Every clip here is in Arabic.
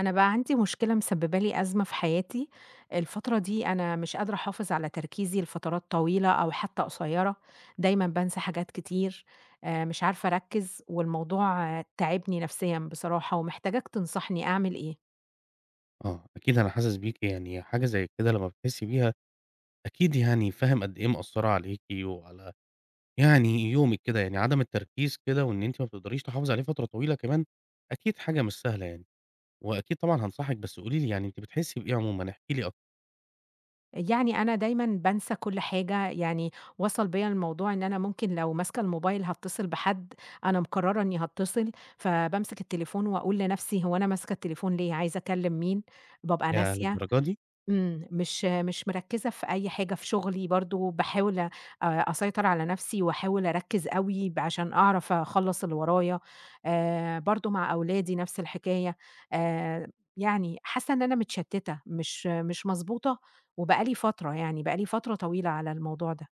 أنا بقى عندي مشكلة مسببة لي أزمة في حياتي، الفترة دي أنا مش قادرة أحافظ على تركيزي لفترات طويلة أو حتى قصيرة، دايمًا بانسى حاجات كتير، مش عارفة أركّز، والموضوع تاعبني نفسيًا بصراحة، ومحتاجاك تنصحني أعمل إيه؟ آه، أكيد أنا حاسس بيكِ، يعني حاجة زي كده لمّا بتحسّي بيها أكيد يعني فاهم قد إيه مأثّرة عليكِ وعلى يعني يومِك كده، يعني عدم التركيز كده وإن أنتِ ما بتقدريش تحافظي عليه فترة طويلة كمان، أكيد حاجة مش سهلة يعني، وأكيد طبعًا هانصحِك بس قولي لي يعني أنتِ بتحسّي بإيه عمومًا؟ احكي لي أكتر. يعني أنا دايمًا بانسى كل حاجة، يعني وصل بيّا الموضوع إن أنا ممكن لو ماسكة الموبايل هاتّصل بحد، أنا مقررة إني هاتّصل، فبامسك التليفون وأقول لنفسي هو أنا ماسكة التليفون ليه، عايزة أكلم مين؟ بابقى ياه ناسية. للدرجة دي! مش مركّزة في أي حاجة، في شغلي برضه باحاول أسيطر على نَفْسي وأحاول أركّز أوي عشان أعرف أخلّص اللي ورايا، برضه مع أولادي نَفْس الحكاية، آآ يعني حاسّة إن أنا متشتّتة، مش مضبوطة وبقى لي فترة، يعني بقى لي فترة طويلة على الموضوع ده.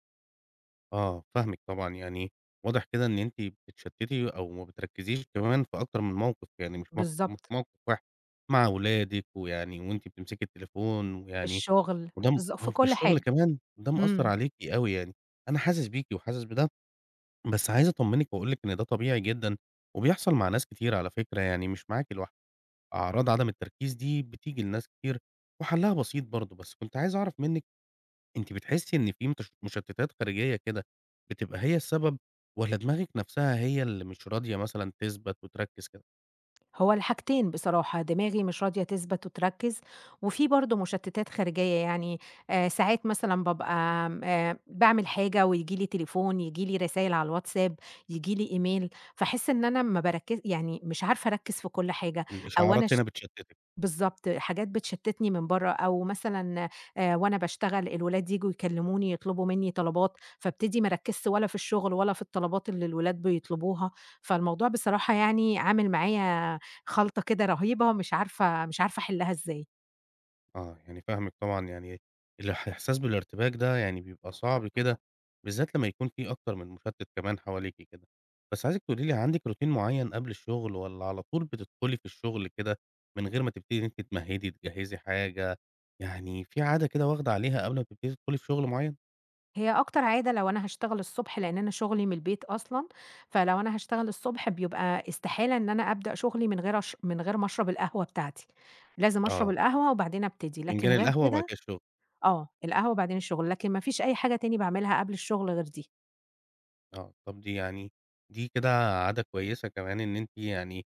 آه، فاهمِك طبعًا، يعني واضح كده إن أنتِ بتتشتّتي أو ما بتركّزيش كمان في أكتر من موقِف، يعني مش مش بالضبط، موقِف واحد، مع ولادِك ويعني وأنتِ بتمسكي التليفون في ويعني الشغل، وده ما في هو في كل الشغل حاجة. كمان، ده مأثّر إمم. عليكِ أوي يعني، أنا حاسس بيكِ وحاسس بده، بس عايز أطمّنِك وأقول لِك إن ده طبيعي جدًا، وبيحصل مع ناس كتير على فكرة يعني مش معاكِ لوحدِك، أعراض عدم التركيز دي بتيجي لناس كتير، وحلّها بسيط برضه، بس كنت عايز أعرف منِّك أنتِ بتحسّي إن في مشتتات خارجية كده بتبقى هي السبب، والّا دماغِك نفْسها هي اللي مش راضية مثلًا تثبت وتركّز كده؟ هو الحاجتين بصراحة، دماغي مش راضية تثبت وتركّز، وفي برضه مشتتات خارجية يعني ساعات مثلًا بابقى م باعمل حاجة وييجي لي تليفون، ييجي لي رسايل على الواتساب، ييجي لي إيميل، فاحس إن أنا ما باركّز يعني مش عارفة أركّز في كل حاجة، أو أنا الإشعارات ش هنا بتشتتِك. بالضبط، حاجات بتشتتني من برّه، أو مثلًا وأنا باشتغل الولاد ييجوا يكلموني يطلبوا مني طلبات، فابتدي ما أركّزش ولا في الشغل ولا في الطلبات اللي الولاد بيطلبوها، فالموضوع بصراحة يعني عامل معايا خلطة كده رهيبة، مش عارفة أحلّها إزاي. آه، يعني فاهمِك طبعًا، يعني الإحساس بالارتباك ده يعني بيبقى صعب كده، بالذات لمّا يكون في أكتر من مشتت كمان حواليكِ كده. بس عايزِك تقولي لي عندِك روتين معين قبل الشغل والّا على طول بتدخلي في الشغل كده من غير ما تبتدي إن أنتِ تمهدي، تجهزي حاجة، يعني في عادة كده واخدة عليها قبل ما تبتدي تدخلي في شغل معين؟ هي أكتر عادة لو أنا هاشتغل الصبح، لإن أنا شغلي من البيت أصلًا، فلو أنا هاشتغل الصبح بيبقى استحالة إن أنا أبدأ شغلي من غير من غير ما أشرب القهوة بتاعتي، لازم أشرب آه، القهوة وبعدين أبتدي، فنجان لكن غير القهوة وبعد كده كده الشغل. آه، القهوة بعدين الشغل، لكن ما فيش أي حاجة تاني باعملها قبل الشغل غير دي. آه، طب دي يعني دي كده عادة كويسة كمان إن أنتِ يعني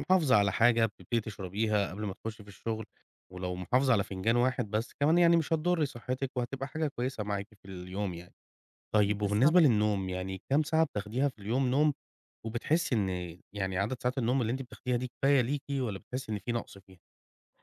محافظة على حاجة بتبتدي تشربيها قبل ما تخشي في الشغل، ولو محافظة على فنجان واحد بس كمان يعني مش هتضري صحتِك وهتبقى حاجة كويسة معاكِ في اليوم يعني. طيب وبالنسبة بالضبط. للنوم، يعني كام ساعة بتاخديها في اليوم نوم، وبتحسي إن يعني عدد ساعات النوم اللي أنتِ بتاخديها دي كفاية ليكِ والّا بتحسي إن في نقص فيها؟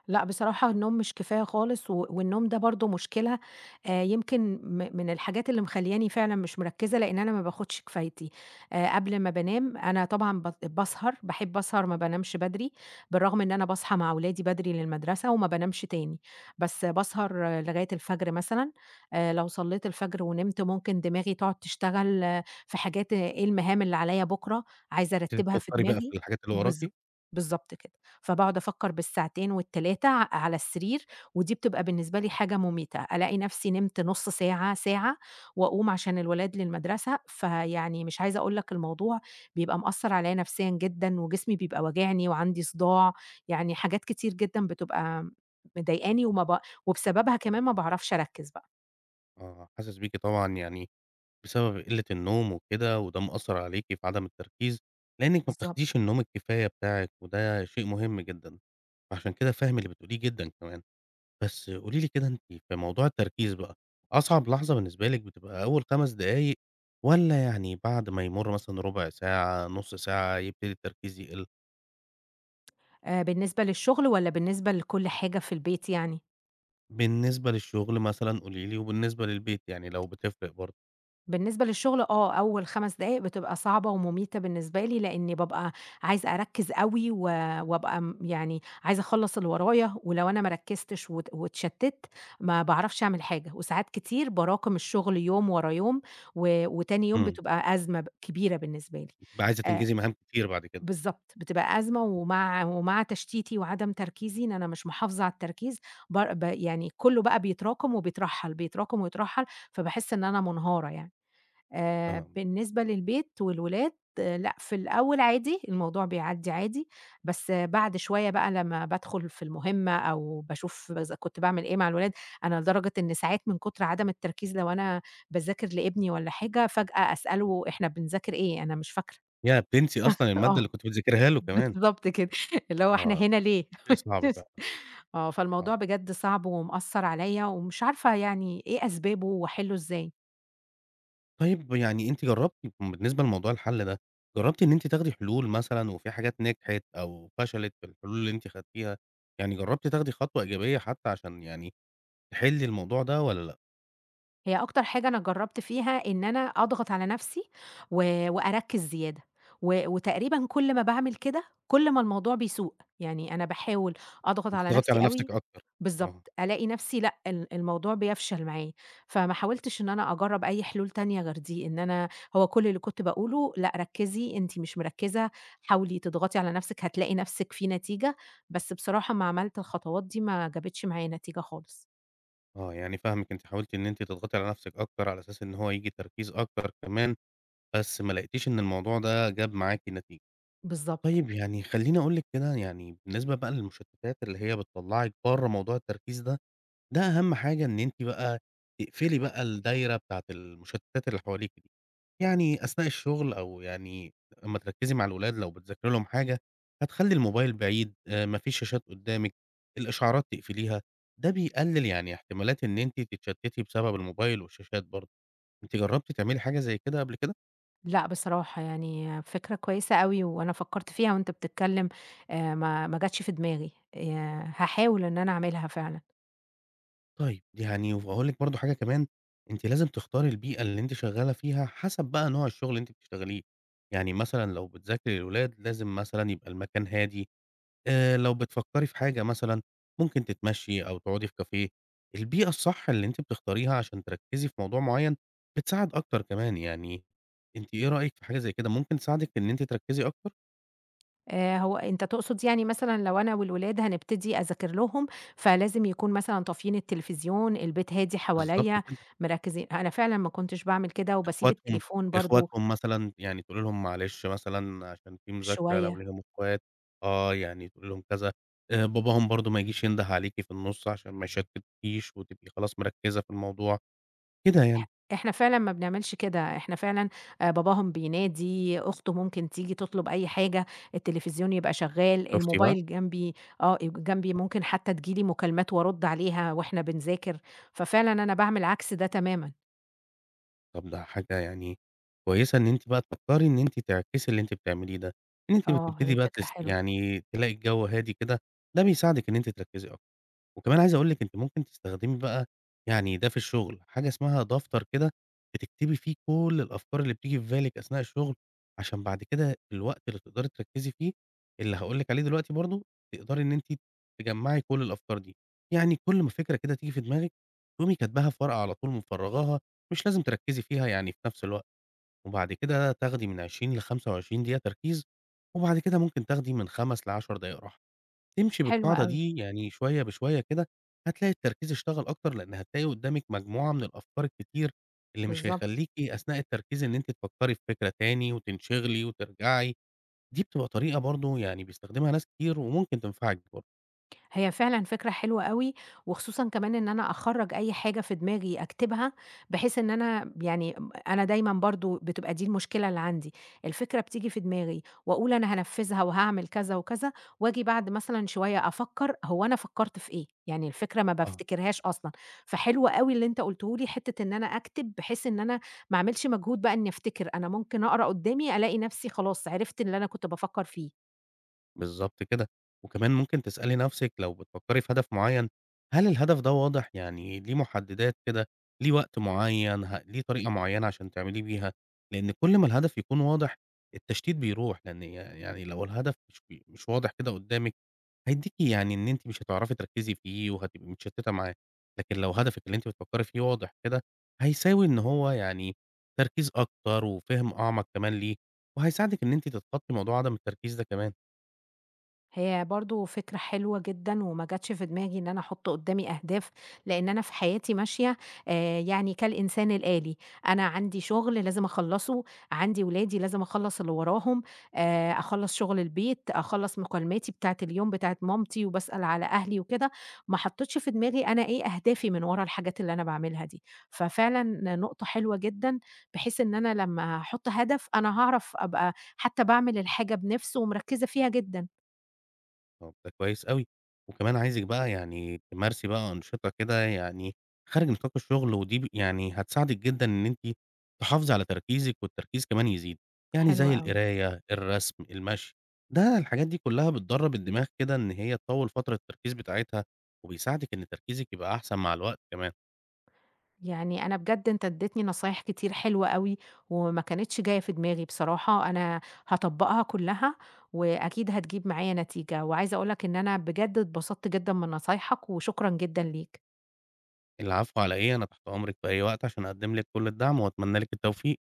لأ، بصراحة النوم مش كفاية خالص، والنوم ده برضه مشكلة. يمكن من الحاجات اللي مخلّياني فعلًا مش مركّزة، لإن أنا ما باخدش كفايتي. قبل ما بانام أنا طبعًا باسهر، باحب أسهر، ما بانامش بدري، بالرغم إن أنا باصحى مع ولادي بدري للمدرسة وما بانامش تاني، بس باسهر لغاية الفجر مثلًا. لو صليت الفجر ونمت ممكن دماغي تقعد تشتغل آه، في حاجات آه، إيه المهام اللي عليَّ بكرة، عايزة أرتّبها بتبتدي في تفكري بقى دماغي. في الحاجات اللي وراكِ؟ بالضبط، بالضبط كده. فباقعد أفكّر بالساعتين وال3 على السرير، ودي بتبقى بالنسبة لي حاجة مُميتة، ألاقي نفسي نمت نُص ساعة، ساعة، وأقوم عشان الولاد للمدرسة، فيعني مش عايزة أقول لك الموضوع بيبقى مأثّر عليَّ نفسيًا جدًا، وجسمي بيبقى واجعني وعندي صداع، يعني حاجات كتير جدًا بتبقى مضايقاني، وما ب وبسببها كمان ما باعرفش أركّز بقى. آه، حاسس بيكِ طبعًا يعني بسبب قلة النوم وكده، وده مأثّر عليكِ في عدم التركيز، لإنِّك ما بالضبط. بتاخديش النوم الكفاية بتاعِك، وده شيء مهم جدًا، فعشان كده فاهم اللي بتقوليه جدًا كمان. بس قولي لي كده أنتِ في موضوع التركيز بقى، أصعب لحظة بالنسبة لِك بتبقى أول 5 دقايق والّا يعني بعد ما يمُر مثلًا ربع ساعة، نُص ساعة، يبتدي التركيز يقل؟ بالنسبة للشغل والّا بالنسبة لكل حاجة في البيت يعني؟ بالنسبة للشغل مثلًا قولي لي، وبالنسبة للبيت يعني لو بتفرق برضه. بالنسبة للشغل آه، أول 5 دقايق بتبقى صعبة ومميتة بالنسبة لي، لإني بابقى عايزة أركّز أوي، و وأبقى م يعني عايزة أخلّص اللي ورايا، ولو أنا ما ركّزتش واتشتِّت ما باعرفش أعمل حاجة، وساعات كتير باراكم الشغل يوم ورا يوم، و وتاني يوم إمم، بتبقى أزمة كبيرة بالنسبة لي. بتبقى عايزة آآ تنجزي مهام كتير بعد كده. بالضبط، بتبقى أزمة، ومع تشتيتي وعدم تركيزي إن أنا مش محافظة على التركيز، بار ب يعني كُلّه بقى بيتراكم وبيترحّل، بيتراكم ويترحّل، فباحس إن أنا منهارة يعني. آه، بالنسبة للبيت والولاد آه، لأ، في الأول عادي، الموضوع بيعدّي عادي، بس آه، بعد شوية بقى لمّا بادخل في المهمة أو باشوف إذا كنت باعمل إيه مع الولاد، أنا لدرجة إن ساعات من كتر عدم التركيز لو أنا باذاكر لابني والّا حاجة، فجأة أسأله إحنا بنذاكر إيه؟ أنا مش فاكرة. ياه! بتنسي أصلًا المادة آه، اللي كنتِ بتذاكريها له كمان. بالضبط كده، اللي هو إحنا آه. هنا ليه؟ شيء صعب فعلًا آه، آه. فالموضوع بجد صعب ومأثّر عليَّ ومش عارفة يعني إيه أسبابه وأحلّه إزاي. طيب يعني أنتِ جرّبتِ بالنسبة لموضوع الحل ده، جرّبتِ إن أنتِ تاخدي حلول مثلًا وفي حاجات نجحت أو فشلت في الحلول اللي أنتِ خدتيها؟ يعني جرّبتِ تاخدي خطوة إيجابية حتى عشان يعني تحلّي الموضوع ده والّا لأ؟ هي أكتر حاجة أنا جرّبت فيها إن أنا أضغط على نفسي و وأركّز زيادة، و وتقريبًا كل ما باعمل كده، كل ما الموضوع بيسوء، يعني أنا باحاول أضغط على بتضغطي نفسي على نفسِك أوي. أكتر. آه، بالضبط، ألاقي نفسي لأ، الموضوع بيفشل معايا، فما حاولتش إن أنا أجرّب أي حلول تانية غير دي، إن أنا هو كل اللي كنت باقوله لأ، ركّزي، أنتِ مش مركّزة، حاولي تضغطي على نفسِك هتلاقي نفسِك في نتيجة، بس بصراحة أمّا عملت الخطوات دي ما جابتش معايا نتيجة خالص. آه، يعني فاهمِك أنتِ حاولتِ إن أنتِ تضغطي على نفسِك أكتر على أساس إن هو ييجي تركيز أكتر كمان، بس ما لقيتيش إن الموضوع ده جاب معاكِ نتيجة. بالضبط. طيب يعني خلّيني أقول لِك كده يعني بالنسبة بقى للمشتتات اللي هي بتطلّعِك برّه موضوع التركيز ده، ده أهم حاجة إن أنتِ بقى تقفلي بقى الدايرة بتاعة المشتتات اللي حواليكِ دي، يعني أثناء الشغل أو يعني أمّا تركّزي مع الولاد لو بتذاكري لهم حاجة، هتخلّي الموبايل بعيد، ما فيش شاشات قدّامِك، الإشعارات تقفليها، ده بيقلل يعني احتمالات إن أنتِ تتشتتي بسبب الموبايل والشاشات برضه، أنتِ جرّبتِ تعملي حاجة زي كده قبل كده؟ لأ بصراحة يعني فكرة كويسة أوي، وأنا فكّرت فيها وأنت بتتكلّم. ما جاتش في دماغي، هاحاول إن أنا أعملها فعلًا. طيب، يعني وهاقول لِك برضه حاجة كمان، أنتِ لازم تختاري البيئة اللي أنتِ شغّالة فيها حسب بقى نوع الشغل اللي أنتِ بتشتغليه، يعني مثلًا لو بتذاكري للولاد لازم مثلًا يبقى المكان هادي، لو بتفكّري في حاجة مثلًا ممكن تتمشّي أو تقعدي في كافيه، البيئة الصح اللي أنتِ بتختاريها عشان تركّزي في موضوع معيّن بتساعد أكتر كمان، يعني أنتِ إيه رأيِك في حاجة زي كده، ممكن تساعدِك إن أنتِ تركّزي أكتر؟ هو أنت تقصد يعني مثلًا لو أنا والولاد هنبتدي أذاكر لهم، فلازم يكون مثلًا طافيين التلفزيون، البيت هادي بالضبط حواليّا، كده. مركّزين. أنا فعلًا ما كنتش باعمل كده وباسيب إخواتهم التليفون برضه إخواتهم مثلًا يعني تقولي لهم معلش مثلًا عشان في مذاكرة لو شوية. ليهم إخوات، آه، يعني تقولي لهم كذا، باباهم برضه ما يجيش ينده عليكِ في النُص عشان ما يشتتكيش وتبقي خلاص مركّزة في الموضوع، كده يعني. إح إحنا فعلًا ما بنعملش كده، إحنا فعلًا باباهم بينادي، أخته ممكن تيجي تطلب أي حاجة، التلفزيون يبقى شغال، شُفتِ بقى؟ الموبايل جنبي آه، جنبي ممكن حتى تيجي لي مكالمات وأرُد عليها وإحنا بنذاكر، ففعلًا أنا باعمل عكس ده تمامًا. طب ده حاجة يعني كويسة إن أنتِ بقى تفكّري إن أنتِ تعكسي اللي أنتِ بتعمليه ده، إن أنتِ آه، بتبتدي هي بقى فكرة حلوة، يعني تلاقي الجو هادي كده، ده بيساعدِك إن أنتِ تركّزي أكتر. وكمان عايز أقول لِك أنتِ ممكن تستخدمي بقى يعني ده في الشغل، حاجة اسمها دفتر كده بتكتبي فيه كل الأفكار اللي بتيجي في بالِك أثناء الشغل، عشان بعد كده الوقت اللي تقدري تركّزي فيه اللي هاقول لِك عليه دلوقتي برضه، تقدري إن أنتِ تجمّعي كل الأفكار دي. يعني كل ما فكرة كده تيجي في دماغِك تقومي كاتباها في ورقة على طول مفرّغاها، مش لازم تركّزي فيها يعني في نفس الوقت، وبعد كده تاخدي من 20 ل25 دقيقة تركيز، وبعد كده ممكن تاخدي من 5 ل10 دقايق راحة. تمشي حلوة بالقاعدة أوي، دي يعني شوية بشوية كده، هتلاقي التركيز اشتغل أكتر، لإن هتلاقي قدّامِك مجموعة من الأفكار الكتير اللي مش بالضبط. هيخلّيكِ إيه، أثناء التركيز إن أنتِ تفكّري في فكرة تاني وتنشغلي وترجعي، دي بتبقى طريقة برضه يعني بيستخدمها ناس كتير وممكن تنفعِك هي فعلًا فكرة حلوة أوي، وخصوصًا كمان إن أنا أخرّج أي حاجة في دماغي أكتبها، بحيث إن أنا يعني أنا دايمًا برضه بتبقى دي المشكلة اللي عندي، الفكرة بتيجي في دماغي وأقول أنا هانفذها وهاعمل كذا وكذا، وآجي بعد مثلًا شوية أفكّر هو أنا فكّرت في إيه؟ يعني الفكرة ما برضه. بافتكرهاش أصلًا، فحلو أوي اللي أنت قُلته لي حتّة إن أنا أكتب بحيث إن أنا ما أعملش مجهود بقى إني أفتكر، أنا ممكن أقرا قدّامي ألاقي نفسي خلاص عرفت اللي أنا كنت بافكّر فيه. بالضبط كده، وكمان ممكن تسألي نَفْسِك لو بتفكّري في هدف معيّن، هل الهدف ده واضح؟ يعني ليه مُحدِّدات كده، ليه وقت معيّن، ليه طريقة معيّنة عشان تعمليه بيها؟ لإن كل ما الهدف يكون واضح، التشتيت بيروح، لإن يعني لو الهدف مش مش واضح كده قُدّامِك، هيدّيكِ يعني إن أنتِ مش هتعرفي تركّزي فيه وهتبقي متشتّتة معاه، لكن لو هدفِك اللي أنتِ بتفكّري فيه واضح كده، هيساوي إن هو يعني تركيز أكتر وفِهم أعمق كمان ليه، وهيساعدِك إن أنتِ تتخطّي موضوع عدم التركيز ده كمان. هي برضه فكرة حلوة جدًا، وما جاتش في دماغي إن أنا أحط قدّامي أهداف، لإن أنا في حياتي ماشية يعني كالإنسان الآلي، أنا عندي شغل لازم أخلّصه، عندي ولادي لازم أخلّص اللي وراهم، أخلّص شغل البيت، أخلّص مكالماتي بتاعة اليوم بتاعة مامتي، وباسأل على أهلي وكده، ما حطيتش في دماغي أنا إيه أهدافي من ورا الحاجات اللي أنا باعملها دي، ففعلًا نقطة حلوة جدًا، بحيث إن أنا لمّا أحط هدف أنا هاعرف أبقى حتى باعمل الحاجة بنِفس ومركّزة فيها جدًا. طب ده كويس أوي، وكمان عايزِك بقى يعني تمارسي بقى أنشطة كده يعني خارج نطاق الشغل، ودي يعني هتساعدِك جدًا إن أنتِ تحافظي على تركيزِك والتركيز كمان يزيد، يعني حلو زي أوي. القراية، الرسم، المشي، ده الحاجات دي كلها بتدرّب الدماغ كده إن هي تطوّل فترة التركيز بتاعتها، وبيساعدِك إن تركيزِك يبقى أحسن مع الوقت كمان. يعني أنا بجد أنت ادّيتني نصايح كتير حلوة أوي، وما كانتش جاية في دماغي بصراحة، أنا هاطبّقها كلّها، وأكيد هتجيب معايا نتيجة، وعايزة أقول لك إن أنا بجد اتبسطت جدًا من نصايحك، وشكرًا جدًا ليك. العفو على إيه، أنا تحت أمرِك في أي وقت عشان أقدّم لِك كل الدعم، وأتمنى لِك التوفيق.